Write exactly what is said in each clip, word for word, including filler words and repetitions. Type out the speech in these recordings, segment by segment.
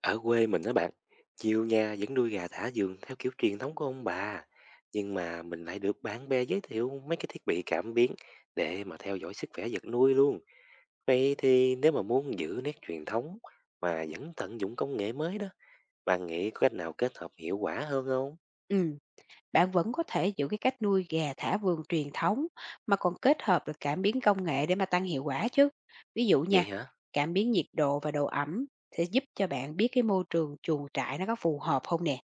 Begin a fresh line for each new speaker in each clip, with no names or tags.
Ở quê mình đó bạn, chiều nhà vẫn nuôi gà thả vườn theo kiểu truyền thống của ông bà. Nhưng mà mình lại được bạn bè giới thiệu mấy cái thiết bị cảm biến để mà theo dõi sức khỏe vật nuôi luôn. Vậy thì nếu mà muốn giữ nét truyền thống mà vẫn tận dụng công nghệ mới đó, bạn nghĩ có cách nào kết hợp hiệu quả hơn không?
Ừm, Bạn vẫn có thể giữ cái cách nuôi gà thả vườn truyền thống mà còn kết hợp được cảm biến công nghệ để mà tăng hiệu quả chứ. Ví dụ
Vậy
nha,
hả?
cảm biến nhiệt độ và độ ẩm sẽ giúp cho bạn biết cái môi trường chuồng trại nó có phù hợp không nè.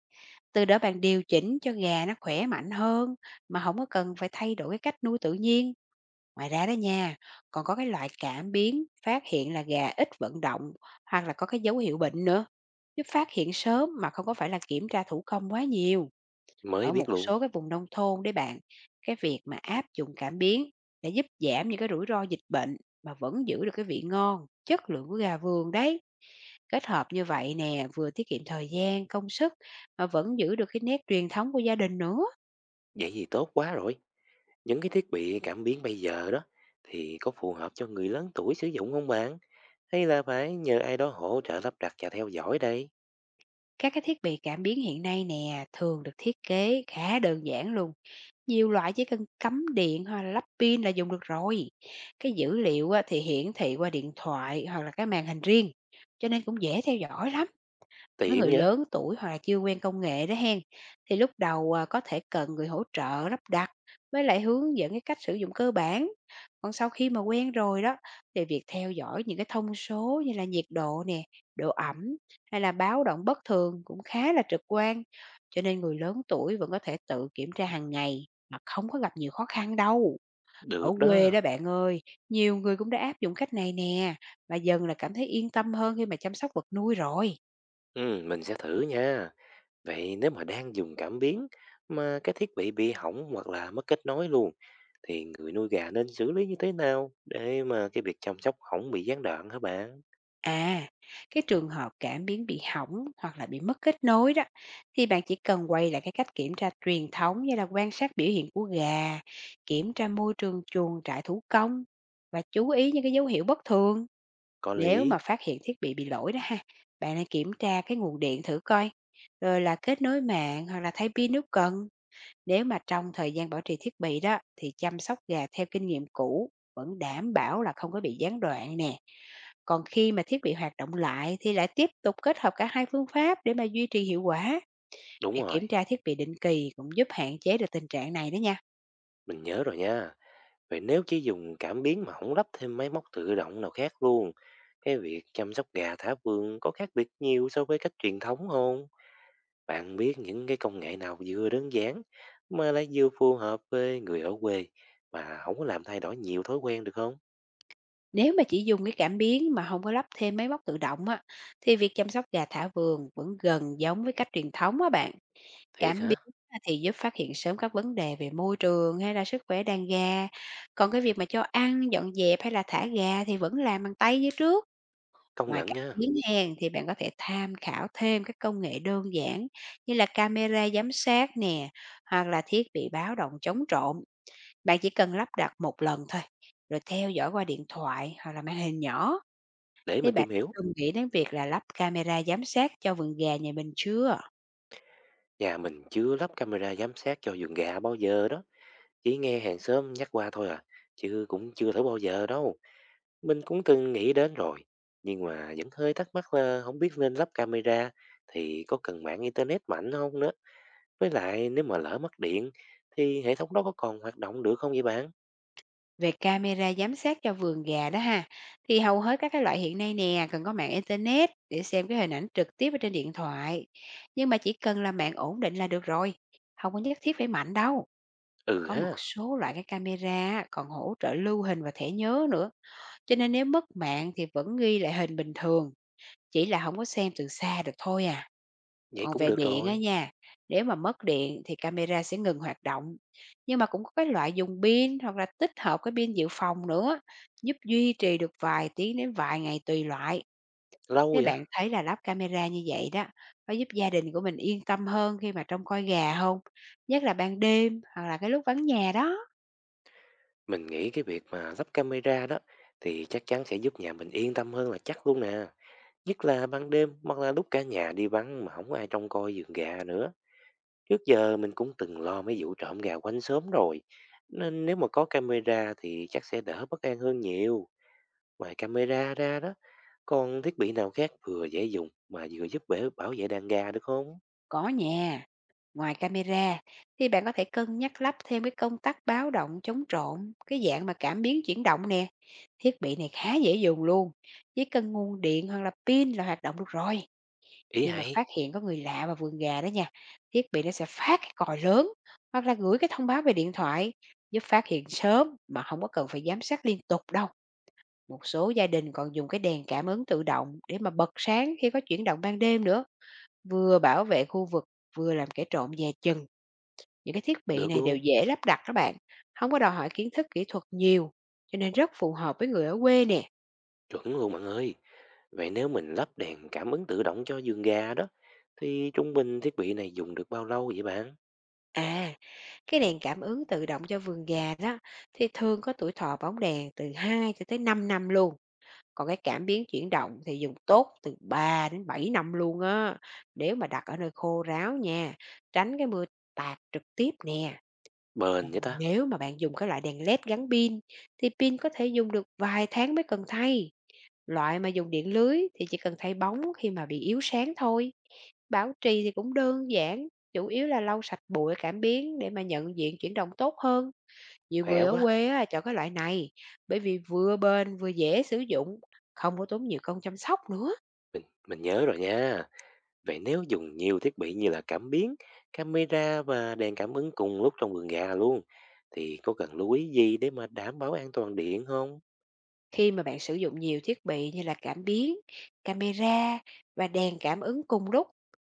Từ đó bạn điều chỉnh cho gà nó khỏe mạnh hơn mà không có cần phải thay đổi cái cách nuôi tự nhiên. Ngoài ra đó nha, còn có cái loại cảm biến phát hiện là gà ít vận động hoặc là có cái dấu hiệu bệnh nữa, giúp phát hiện sớm mà không có phải là kiểm tra thủ công quá nhiều.
Mới
Ở
biết
một
luôn.
số cái vùng nông thôn đấy bạn, cái việc mà áp dụng cảm biến đã giúp giảm những cái rủi ro dịch bệnh mà vẫn giữ được cái vị ngon, chất lượng của gà vườn đấy. Kết hợp như vậy nè, vừa tiết kiệm thời gian, công sức mà vẫn giữ được cái nét truyền thống của gia đình nữa.
Vậy thì tốt quá rồi. Những cái thiết bị cảm biến bây giờ đó thì có phù hợp cho người lớn tuổi sử dụng không bạn? Hay là phải nhờ ai đó hỗ trợ lắp đặt và theo dõi đây?
Các cái thiết bị cảm biến hiện nay nè, thường được thiết kế khá đơn giản luôn. Nhiều loại chỉ cần cắm điện hoặc là lắp pin là dùng được rồi. Cái dữ liệu á, thì hiển thị qua điện thoại hoặc là cái màn hình riêng, cho nên cũng dễ theo dõi lắm. Với
Tiện
người
nhá,
lớn tuổi hoặc là chưa quen công nghệ đó hen, thì lúc đầu à, có thể cần người hỗ trợ lắp đặt với lại hướng dẫn cái cách sử dụng cơ bản. Còn sau khi mà quen rồi đó, thì việc theo dõi những cái thông số như là nhiệt độ nè, độ ẩm hay là báo động bất thường cũng khá là trực quan. Cho nên người lớn tuổi vẫn có thể tự kiểm tra hàng ngày mà không có gặp nhiều khó khăn đâu. Ở
được
quê
đó.
đó bạn ơi, nhiều người cũng đã áp dụng cách này nè và dần là cảm thấy yên tâm hơn khi mà chăm sóc vật nuôi rồi.
Ừm, mình sẽ thử nha. Vậy nếu mà đang dùng cảm biến mà cái thiết bị bị hỏng hoặc là mất kết nối luôn, thì người nuôi gà nên xử lý như thế nào để mà cái việc chăm sóc không bị gián đoạn hả bạn?
À, cái trường hợp cảm biến bị hỏng hoặc là bị mất kết nối đó, thì bạn chỉ cần quay lại cái cách kiểm tra truyền thống như là quan sát biểu hiện của gà, kiểm tra môi trường chuồng trại thủ công và chú ý những cái dấu hiệu bất thường.
Có
Nếu
lý.
mà phát hiện thiết bị bị lỗi đó ha, bạn nên kiểm tra cái nguồn điện thử coi, rồi là kết nối mạng hoặc là thay pin nếu cần. Nếu mà trong thời gian bảo trì thiết bị đó thì chăm sóc gà theo kinh nghiệm cũ vẫn đảm bảo là không có bị gián đoạn nè. Còn khi mà thiết bị hoạt động lại thì lại tiếp tục kết hợp cả hai phương pháp để mà duy trì hiệu quả.
Đúng
Việc
rồi,
kiểm tra thiết bị định kỳ cũng giúp hạn chế được tình trạng này đó nha.
mình nhớ rồi nha. Vậy nếu chỉ dùng cảm biến mà không lắp thêm máy móc tự động nào khác luôn, cái việc chăm sóc gà thả vườn có khác biệt nhiều so với cách truyền thống không? Bạn biết những cái công nghệ nào vừa đơn giản mà lại vừa phù hợp với người ở quê mà không có làm thay đổi nhiều thói quen được không?
Nếu mà chỉ dùng cái cảm biến mà không có lắp thêm máy móc tự động á, thì việc chăm sóc gà thả vườn vẫn gần giống với cách truyền thống á bạn.
Thiệt
Cảm
hả?
biến á thì giúp phát hiện sớm các vấn đề về môi trường hay là sức khỏe đàn gà, còn cái việc mà cho ăn, dọn dẹp hay là thả gà thì vẫn làm bằng tay như trước.
Công
Ngoài
nhận
cảm
nha.
biến hèn thì bạn có thể tham khảo thêm các công nghệ đơn giản như là camera giám sát nè, hoặc là thiết bị báo động chống trộm. Bạn chỉ cần lắp đặt một lần thôi, rồi theo dõi qua điện thoại hoặc là màn hình nhỏ.
Để
Thế
mình
bạn
tìm
đã
hiểu.
từng nghĩ đến việc là lắp camera giám sát cho vườn gà nhà mình chưa?
Nhà mình chưa lắp camera giám sát cho vườn gà bao giờ đó. Chỉ nghe hàng xóm nhắc qua thôi à. Chứ cũng chưa thử bao giờ đâu. Mình cũng từng nghĩ đến rồi. Nhưng mà vẫn hơi thắc mắc là không biết nên lắp camera thì có cần mạng internet mạnh không nữa. Với lại nếu mà lỡ mất điện thì hệ thống đó có còn hoạt động được không vậy bạn?
Về camera giám sát cho vườn gà đó ha, thì hầu hết các cái loại hiện nay nè cần có mạng internet để xem cái hình ảnh trực tiếp ở trên điện thoại. Nhưng mà chỉ cần là mạng ổn định là được rồi, không có nhất thiết phải mạnh đâu.
Ừ
Có một
ha.
số loại cái camera còn hỗ trợ lưu hình và thẻ nhớ nữa, cho nên nếu mất mạng thì vẫn ghi lại hình bình thường, chỉ là không có xem từ xa được thôi à.
Vậy
Còn
cũng
về
được
điện á
rồi.
nha, nếu mà mất điện thì camera sẽ ngừng hoạt động. Nhưng mà cũng có cái loại dùng pin hoặc là tích hợp cái pin dự phòng nữa, giúp duy trì được vài tiếng đến vài ngày tùy loại.
Lâu
Thế
vậy?
bạn thấy là lắp camera như vậy đó, có giúp gia đình của mình yên tâm hơn khi mà trông coi gà không? Nhất là ban đêm hoặc là cái lúc vắng nhà đó,
Mình nghĩ cái việc mà lắp camera đó thì chắc chắn sẽ giúp nhà mình yên tâm hơn là chắc luôn nè. Nhất là ban đêm hoặc là lúc cả nhà đi vắng mà không ai trông coi giường gà nữa. Trước giờ mình cũng từng lo mấy vụ trộm gà quanh xóm rồi. Nên nếu mà có camera thì chắc sẽ đỡ bất an hơn nhiều. Ngoài camera ra đó, còn thiết bị nào khác vừa dễ dùng mà vừa giúp bể- bảo vệ đàn gà được không?
có nhà ngoài camera thì bạn có thể cân nhắc lắp thêm cái công tắc báo động chống trộm, cái dạng mà cảm biến chuyển động nè. Thiết bị này khá dễ dùng luôn, chỉ cần nguồn điện hoặc là pin là hoạt động được rồi.
Ý
Khi mà
hay,
phát hiện có người lạ vào vườn gà đó nha, thiết bị nó sẽ phát cái còi lớn hoặc là gửi cái thông báo về điện thoại giúp phát hiện sớm mà không có cần phải giám sát liên tục đâu. Một số gia đình còn dùng cái đèn cảm ứng tự động để mà bật sáng khi có chuyển động ban đêm nữa, vừa bảo vệ khu vực vừa làm kẻ trộm dè chừng. Những cái thiết bị
được
này đều
luôn.
dễ lắp đặt các bạn, không có đòi hỏi kiến thức kỹ thuật nhiều, cho nên rất phù hợp với người ở quê nè.
Chuẩn luôn bạn ơi. Vậy nếu mình lắp đèn cảm ứng tự động cho giường gà đó, thì trung bình thiết bị này dùng được bao lâu vậy bạn?
À, cái đèn cảm ứng tự động cho vườn gà đó, thì thường có tuổi thọ bóng đèn từ hai cho tới năm năm luôn, còn cái cảm biến chuyển động thì dùng tốt từ ba đến bảy năm luôn á, nếu mà đặt ở nơi khô ráo nha, tránh cái mưa tạt trực tiếp nè.
Bền
Còn
vậy ta?
nếu mà bạn dùng cái loại đèn led gắn pin, thì pin có thể dùng được vài tháng mới cần thay. Loại mà dùng điện lưới thì chỉ cần thay bóng khi mà bị yếu sáng thôi. Bảo trì thì cũng đơn giản, chủ yếu là lau sạch bụi cảm biến để mà nhận diện chuyển động tốt hơn. Nhiều
Khỏe
người ở
quá.
quê á, chọn cái loại này bởi vì vừa bền vừa dễ sử dụng, không có tốn nhiều công chăm sóc nữa.
Mình nhớ rồi nha. Vậy nếu dùng nhiều thiết bị như là cảm biến, camera và đèn cảm ứng cùng lúc trong vườn gà luôn, thì có cần lưu ý gì để mà đảm bảo an toàn điện không?
Khi mà bạn sử dụng nhiều thiết bị như là cảm biến, camera và đèn cảm ứng cùng lúc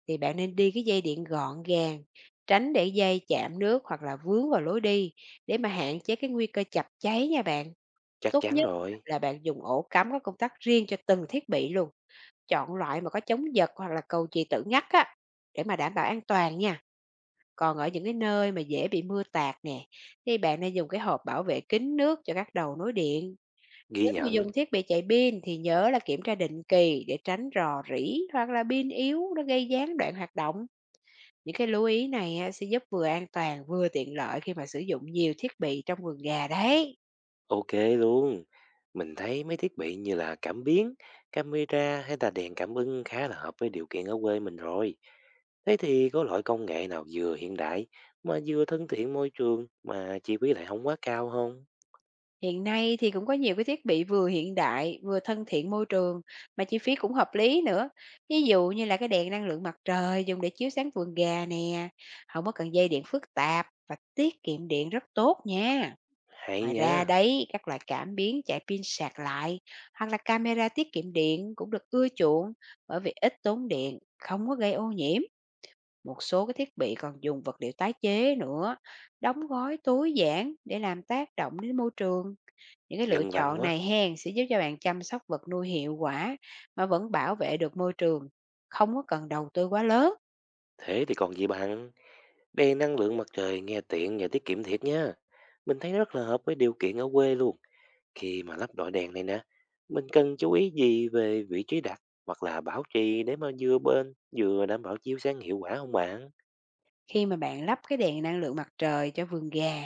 thì bạn nên đi cái dây điện gọn gàng, tránh để dây chạm nước hoặc là vướng vào lối đi để mà hạn chế cái nguy cơ chập cháy nha bạn.
Chắc
Tốt
chắn
nhất á
rồi.
là bạn dùng ổ cắm có công tắc riêng cho từng thiết bị luôn, chọn loại mà có chống giật hoặc là cầu chì tự ngắt á, để mà đảm bảo an toàn nha. Còn ở những cái nơi mà dễ bị mưa tạt nè, thì bạn nên dùng cái hộp bảo vệ kín nước cho các đầu nối điện.
Ghi
Nếu mà
nhận.
dùng thiết bị chạy pin thì nhớ là kiểm tra định kỳ để tránh rò rỉ hoặc là pin yếu nó gây gián đoạn hoạt động. Những cái lưu ý này á, sẽ giúp vừa an toàn vừa tiện lợi khi mà sử dụng nhiều thiết bị trong vườn gà đấy.
Ok luôn. Mình thấy mấy thiết bị như là cảm biến, camera hay là đèn cảm ứng khá là hợp với điều kiện ở quê mình rồi. Thế thì có loại công nghệ nào vừa hiện đại mà vừa thân thiện môi trường mà chi phí lại không quá cao không?
Hiện nay thì cũng có nhiều cái thiết bị vừa hiện đại, vừa thân thiện môi trường mà chi phí cũng hợp lý nữa. Ví dụ như là cái đèn năng lượng mặt trời dùng để chiếu sáng vườn gà nè, không có cần dây điện phức tạp và tiết kiệm điện rất tốt nha.
Hay
Ngoài ra
nhá,
đấy, các loại cảm biến chạy pin sạc lại hoặc là camera tiết kiệm điện cũng được ưa chuộng bởi vì ít tốn điện, không có gây ô nhiễm. Một số cái thiết bị còn dùng vật liệu tái chế nữa, đóng gói tối giản để làm tác động đến môi trường. Những cái lựa
nhân văn
chọn
quá.
này hen sẽ giúp cho bạn chăm sóc vật nuôi hiệu quả mà vẫn bảo vệ được môi trường, không có cần đầu tư quá lớn.
Thế thì còn gì bằng. Đèn năng lượng mặt trời nghe tiện và tiết kiệm thiệt nha. Mình thấy rất là hợp với điều kiện ở quê luôn. Khi mà lắp đội đèn này nè, mình cần chú ý gì về vị trí đặt hoặc là bảo trì để mà vừa bên vừa đảm bảo chiếu sáng hiệu quả không bạn?
Khi mà bạn lắp cái đèn năng lượng mặt trời cho vườn gà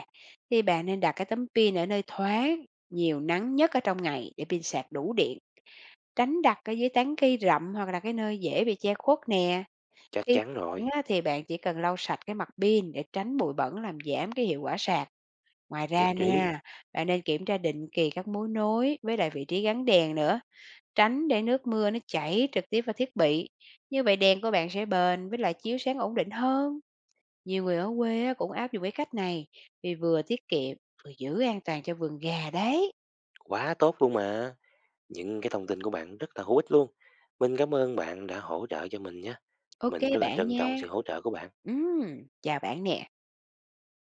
thì bạn nên đặt cái tấm pin ở nơi thoáng, nhiều nắng nhất ở trong ngày để pin sạc đủ điện, tránh đặt ở dưới tán cây rậm hoặc là cái nơi dễ bị che khuất nè.
Chắc
Khi
chắn
sẵn
rồi,
á, thì bạn chỉ cần lau sạch cái mặt pin để tránh bụi bẩn làm giảm cái hiệu quả sạc. Ngoài
nhất
ra
trí,
nha, bạn nên kiểm tra định kỳ các mối nối với lại vị trí gắn đèn nữa. Tránh để nước mưa nó chảy trực tiếp vào thiết bị, như vậy đèn của bạn sẽ bền với lại chiếu sáng ổn định hơn. Nhiều người ở quê á, cũng áp dụng cái cách này vì vừa tiết kiệm vừa giữ an toàn cho vườn gà đấy.
quá tốt luôn mà. Những cái thông tin của bạn rất là hữu ích luôn. Mình cảm ơn bạn đã hỗ trợ cho mình nhé.
Ok
Mình rất là
bạn
trân trọng
nha.
sự hỗ trợ của bạn.
Ừm, Chào bạn nè.